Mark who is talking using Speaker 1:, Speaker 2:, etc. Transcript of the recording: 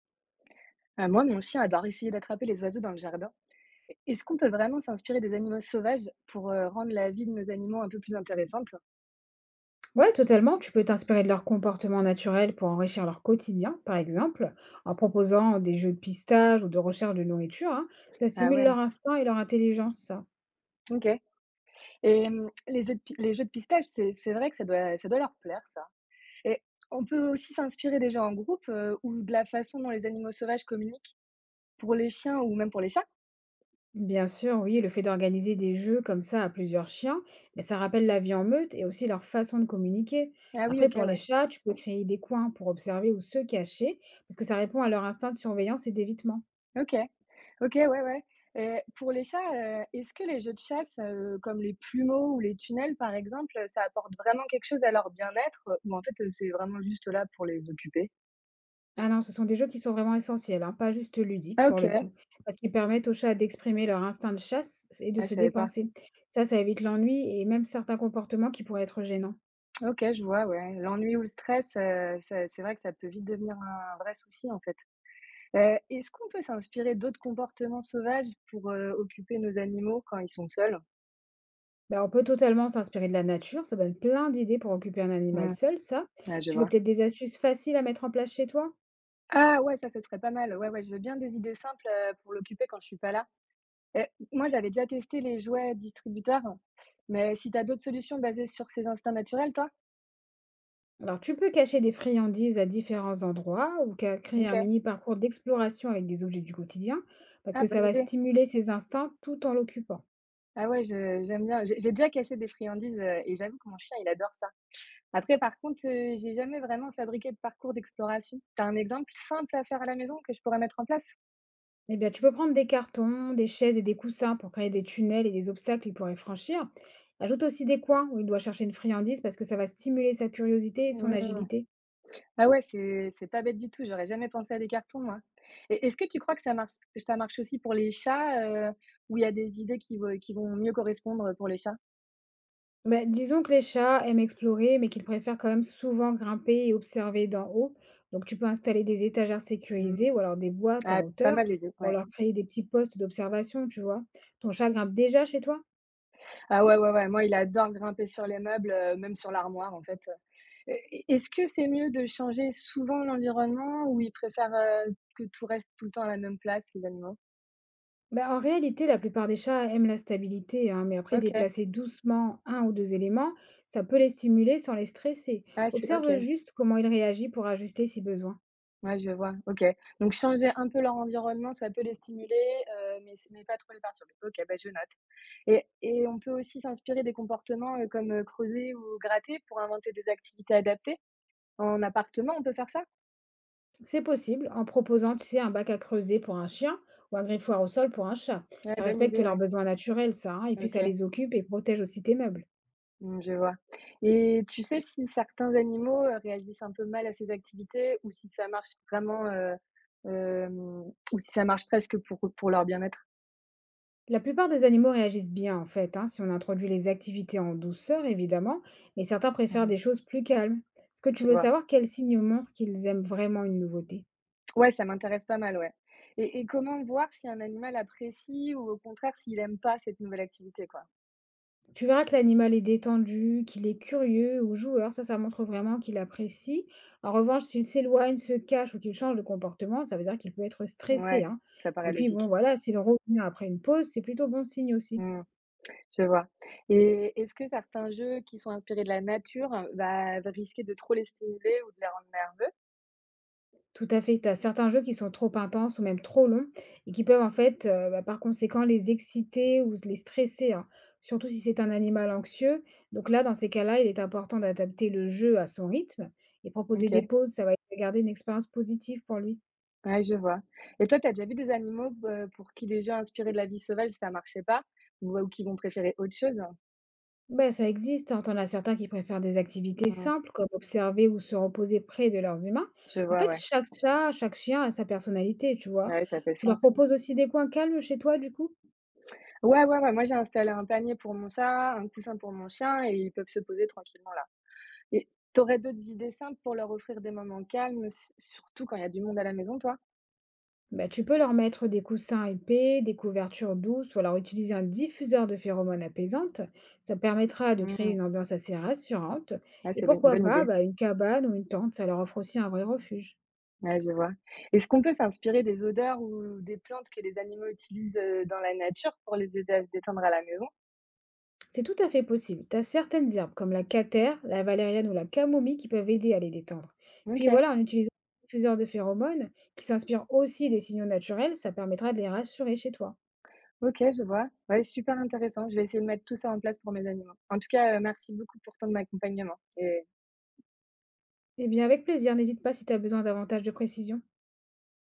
Speaker 1: Moi, mon chien adore essayer d'attraper les oiseaux dans le jardin. Est-ce qu'on peut vraiment s'inspirer des animaux sauvages pour, rendre la vie de nos animaux un peu plus intéressante?
Speaker 2: Ouais, totalement. Tu peux t'inspirer de leur comportement naturel pour enrichir leur quotidien, par exemple, en proposant des jeux de pistage ou de recherche de nourriture, hein. Ça
Speaker 1: Ah
Speaker 2: stimule
Speaker 1: ouais,
Speaker 2: leur instinct et leur intelligence, ça.
Speaker 1: OK. Et hem, les œufs de pi les jeux de pistage, c'est vrai que ça doit leur plaire ça. Et on peut aussi s'inspirer des jeux en groupe, ou de la façon dont les animaux sauvages communiquent pour les chiens ou même pour les chats?
Speaker 2: Bien sûr, oui, le fait d'organiser des jeux comme ça à plusieurs chiens, mais ça rappelle la vie en meute et aussi leur façon de communiquer.
Speaker 1: Ah oui,
Speaker 2: Après,
Speaker 1: OK,
Speaker 2: pour les
Speaker 1: ouais.
Speaker 2: chats, tu peux créer des coins pour observer ou se cacher, parce que ça répond à leur instinct de surveillance et d'évitement.
Speaker 1: OK. OK, ouais, ouais. Et pour les chats, est-ce que les jeux de chasse, comme les plumeaux ou les tunnels, par exemple, ça apporte vraiment quelque chose à leur bien-être, ou en fait, c'est vraiment juste là pour les occuper?
Speaker 2: Ah non, ce sont des jeux qui sont vraiment essentiels, hein, pas juste ludiques
Speaker 1: Ah
Speaker 2: pour le
Speaker 1: OK.
Speaker 2: coup, parce qu'ils permettent aux chats d'exprimer leur instinct de chasse et de
Speaker 1: Ah, je
Speaker 2: se
Speaker 1: savais pas.
Speaker 2: dépenser. Ça évite l'ennui et même certains comportements qui pourraient être gênants.
Speaker 1: OK, je vois, ouais. L'ennui ou le stress, ça c'est vrai que ça peut vite devenir un vrai souci, en fait. Est-ce qu'on peut s'inspirer d'autres comportements sauvages pour, occuper nos animaux quand ils sont seuls?
Speaker 2: Ben, on peut totalement s'inspirer de la nature, ça donne plein d'idées pour occuper un animal
Speaker 1: Mmh.
Speaker 2: seul, ça.
Speaker 1: Ouais, je
Speaker 2: Tu veux
Speaker 1: vois.
Speaker 2: peut-être des astuces faciles à mettre en place chez toi?
Speaker 1: Ah ouais, ça serait pas mal. Ouais, ouais, je veux bien des idées simples, pour l'occuper quand je suis pas là. Heu, moi, j'avais déjà testé les jouets distributeurs, mais si tu as d'autres solutions basées sur ces instincts naturels, toi?
Speaker 2: Alors, tu peux cacher des friandises à différents endroits ou créer un
Speaker 1: OK.
Speaker 2: mini parcours d'exploration avec des objets du quotidien, parce
Speaker 1: Ah,
Speaker 2: que ça
Speaker 1: bonne
Speaker 2: va
Speaker 1: idée.
Speaker 2: stimuler ses instincts tout en l'occupant.
Speaker 1: Ah ouais, je j'aime bien. J'ai déjà caché des friandises, et j'avoue que mon chien, il adore ça. Après, par contre, j'ai jamais vraiment fabriqué de parcours d'exploration. T'as un exemple simple à faire à la maison que je pourrais mettre en place?
Speaker 2: Eh bien, tu peux prendre des cartons, des chaises et des coussins pour créer des tunnels et des obstacles qu'il pourrait franchir. Ajoute aussi des coins où il doit chercher une friandise parce que ça va stimuler sa curiosité et son
Speaker 1: Mmh.
Speaker 2: agilité.
Speaker 1: Ah ouais, c'est pas bête du tout. J'aurais jamais pensé à des cartons, moi. Et est-ce que tu crois que ça marche aussi pour les chats, heu, ou il y a des idées qui vont mieux correspondre pour les chats?
Speaker 2: Bah, disons que les chats aiment explorer, mais qu'ils préfèrent quand même souvent grimper et observer d'en haut. Donc, tu peux installer des étagères
Speaker 1: Mmh.
Speaker 2: sécurisées ou alors des boîtes
Speaker 1: Ah,
Speaker 2: en
Speaker 1: pas
Speaker 2: hauteur
Speaker 1: mal les é
Speaker 2: pour
Speaker 1: ouais.
Speaker 2: leur créer des petits postes d'observation, tu vois. Ton chat grimpe déjà chez toi?
Speaker 1: Ah ouais, ouais, ouais, moi, il adore grimper sur les meubles, même sur l'armoire, en fait, Et est-ce que c'est mieux de changer souvent l'environnement ou il préfère, que tout reste tout le temps à la même place, les animaux?
Speaker 2: Bah, en réalité, la plupart des chats aiment la stabilité, hein, mais après,
Speaker 1: OK.
Speaker 2: déplacer doucement un ou deux éléments, ça peut les stimuler sans les stresser.
Speaker 1: Ah c'est OK.
Speaker 2: Observe juste comment il réagit pour ajuster si besoin.
Speaker 1: Ouais, je vois, OK. Donc changer un peu leur environnement, ça peut les stimuler, mais pas trop les perturber. OK, bah, je note. Et on peut aussi s'inspirer des comportements, comme, creuser ou gratter pour inventer des activités adaptées? En appartement, on peut faire ça?
Speaker 2: C'est possible en proposant, tu sais, un bac à creuser pour un chien ou un griffoir au sol pour un chat.
Speaker 1: Ouais,
Speaker 2: Ça
Speaker 1: bonne
Speaker 2: respecte
Speaker 1: idée,
Speaker 2: leurs
Speaker 1: ouais.
Speaker 2: besoins naturels, ça, hein, et puis ça
Speaker 1: OK.
Speaker 2: les occupe et protège aussi tes meubles.
Speaker 1: Mmh, je vois et tu sais si certains animaux, réagissent un peu mal à ces activités ou si ça marche vraiment, hem, ou si ça marche presque pour leur bien-être?
Speaker 2: La plupart des animaux réagissent bien, en fait, hein, si on introduit les activités en douceur, évidemment, mais certains préfèrent
Speaker 1: Mmh.
Speaker 2: des choses plus calmes. Est-ce que tu
Speaker 1: Je
Speaker 2: veux
Speaker 1: vois.
Speaker 2: savoir quels signes montrent qu'ils aiment vraiment une nouveauté?
Speaker 1: Ouais, ça m'intéresse pas mal, ouais et comment voir si un animal apprécie ou au contraire s'il aime pas cette nouvelle activité, quoi?
Speaker 2: Tu verras que l'animal est détendu, qu'il est curieux ou joueur, ça montre vraiment qu'il apprécie. En revanche, s'il s'éloigne, se cache ou qu'il change de comportement, ça veut dire qu'il peut être stressé,
Speaker 1: Ouais,
Speaker 2: hein.
Speaker 1: ça paraît
Speaker 2: Et puis bon,
Speaker 1: logique.
Speaker 2: voilà, s'il revient après une pause, c'est plutôt bon signe aussi.
Speaker 1: Mmh, je vois et est-ce que certains jeux qui sont inspirés de la nature, va risquer de trop les stimuler ou de les rendre nerveux?
Speaker 2: Tout à fait, tu as certains jeux qui sont trop intenses ou même trop longs et qui peuvent en fait, bah, par conséquent, les exciter ou les stresser, hein, surtout si c'est un animal anxieux. Donc là, dans ces cas-là, il est important d'adapter le jeu à son rythme et proposer des
Speaker 1: OK.
Speaker 2: pauses, ça va garder une expérience positive pour lui.
Speaker 1: Ouais, je vois. Et toi, tu as déjà vu des animaux b pour qui les gens inspirés de la vie sauvage, ça marchait pas? Ou qui vont préférer autre chose?
Speaker 2: Ben ça existe, hein. T'en as certains qui préfèrent des activités
Speaker 1: Mmh.
Speaker 2: simples, comme observer ou se reposer près de leurs humains.
Speaker 1: Je
Speaker 2: En
Speaker 1: vois,
Speaker 2: fait,
Speaker 1: ouais.
Speaker 2: chaque chat, chaque chien a sa personnalité, tu
Speaker 1: Ah
Speaker 2: vois.
Speaker 1: ouais, ça fait
Speaker 2: Tu leur
Speaker 1: sens.
Speaker 2: proposes aussi des coins calmes chez toi, du coup?
Speaker 1: Ouais, ouais, ouais, moi j'ai installé un panier pour mon chat, un coussin pour mon chien et ils peuvent se poser tranquillement là. Et t'aurais d'autres idées simples pour leur offrir des moments calmes, su surtout quand il y a du monde à la maison, toi?
Speaker 2: Ben tu peux leur mettre des coussins épais, des couvertures douces, ou alors utiliser un diffuseur de phéromones apaisantes. Ça permettra de créer
Speaker 1: Mmh.
Speaker 2: une ambiance assez rassurante.
Speaker 1: Ouais,
Speaker 2: Et
Speaker 1: c'est une
Speaker 2: pourquoi
Speaker 1: bonne
Speaker 2: pas,
Speaker 1: idée.
Speaker 2: ben une cabane ou une tente, ça leur offre aussi un vrai refuge.
Speaker 1: Ouais, je vois. Est-ce qu'on peut s'inspirer des odeurs ou des plantes que les animaux utilisent, dans la nature pour les aider à se détendre à la maison?
Speaker 2: C'est tout à fait possible. Tu as certaines herbes comme la catère, la valériane ou la camomille qui peuvent aider à les détendre. Puis
Speaker 1: OK.
Speaker 2: voilà, en utilisant un diffuseur de phéromones qui s'inspire aussi des signaux naturels, ça permettra de les rassurer chez toi.
Speaker 1: OK, je vois. Ouais, super intéressant. Je vais essayer de mettre tout ça en place pour mes animaux. En tout cas, merci beaucoup pour ton accompagnement et
Speaker 2: Eh bien, avec plaisir, n'hésite pas si tu as besoin davantage de précision.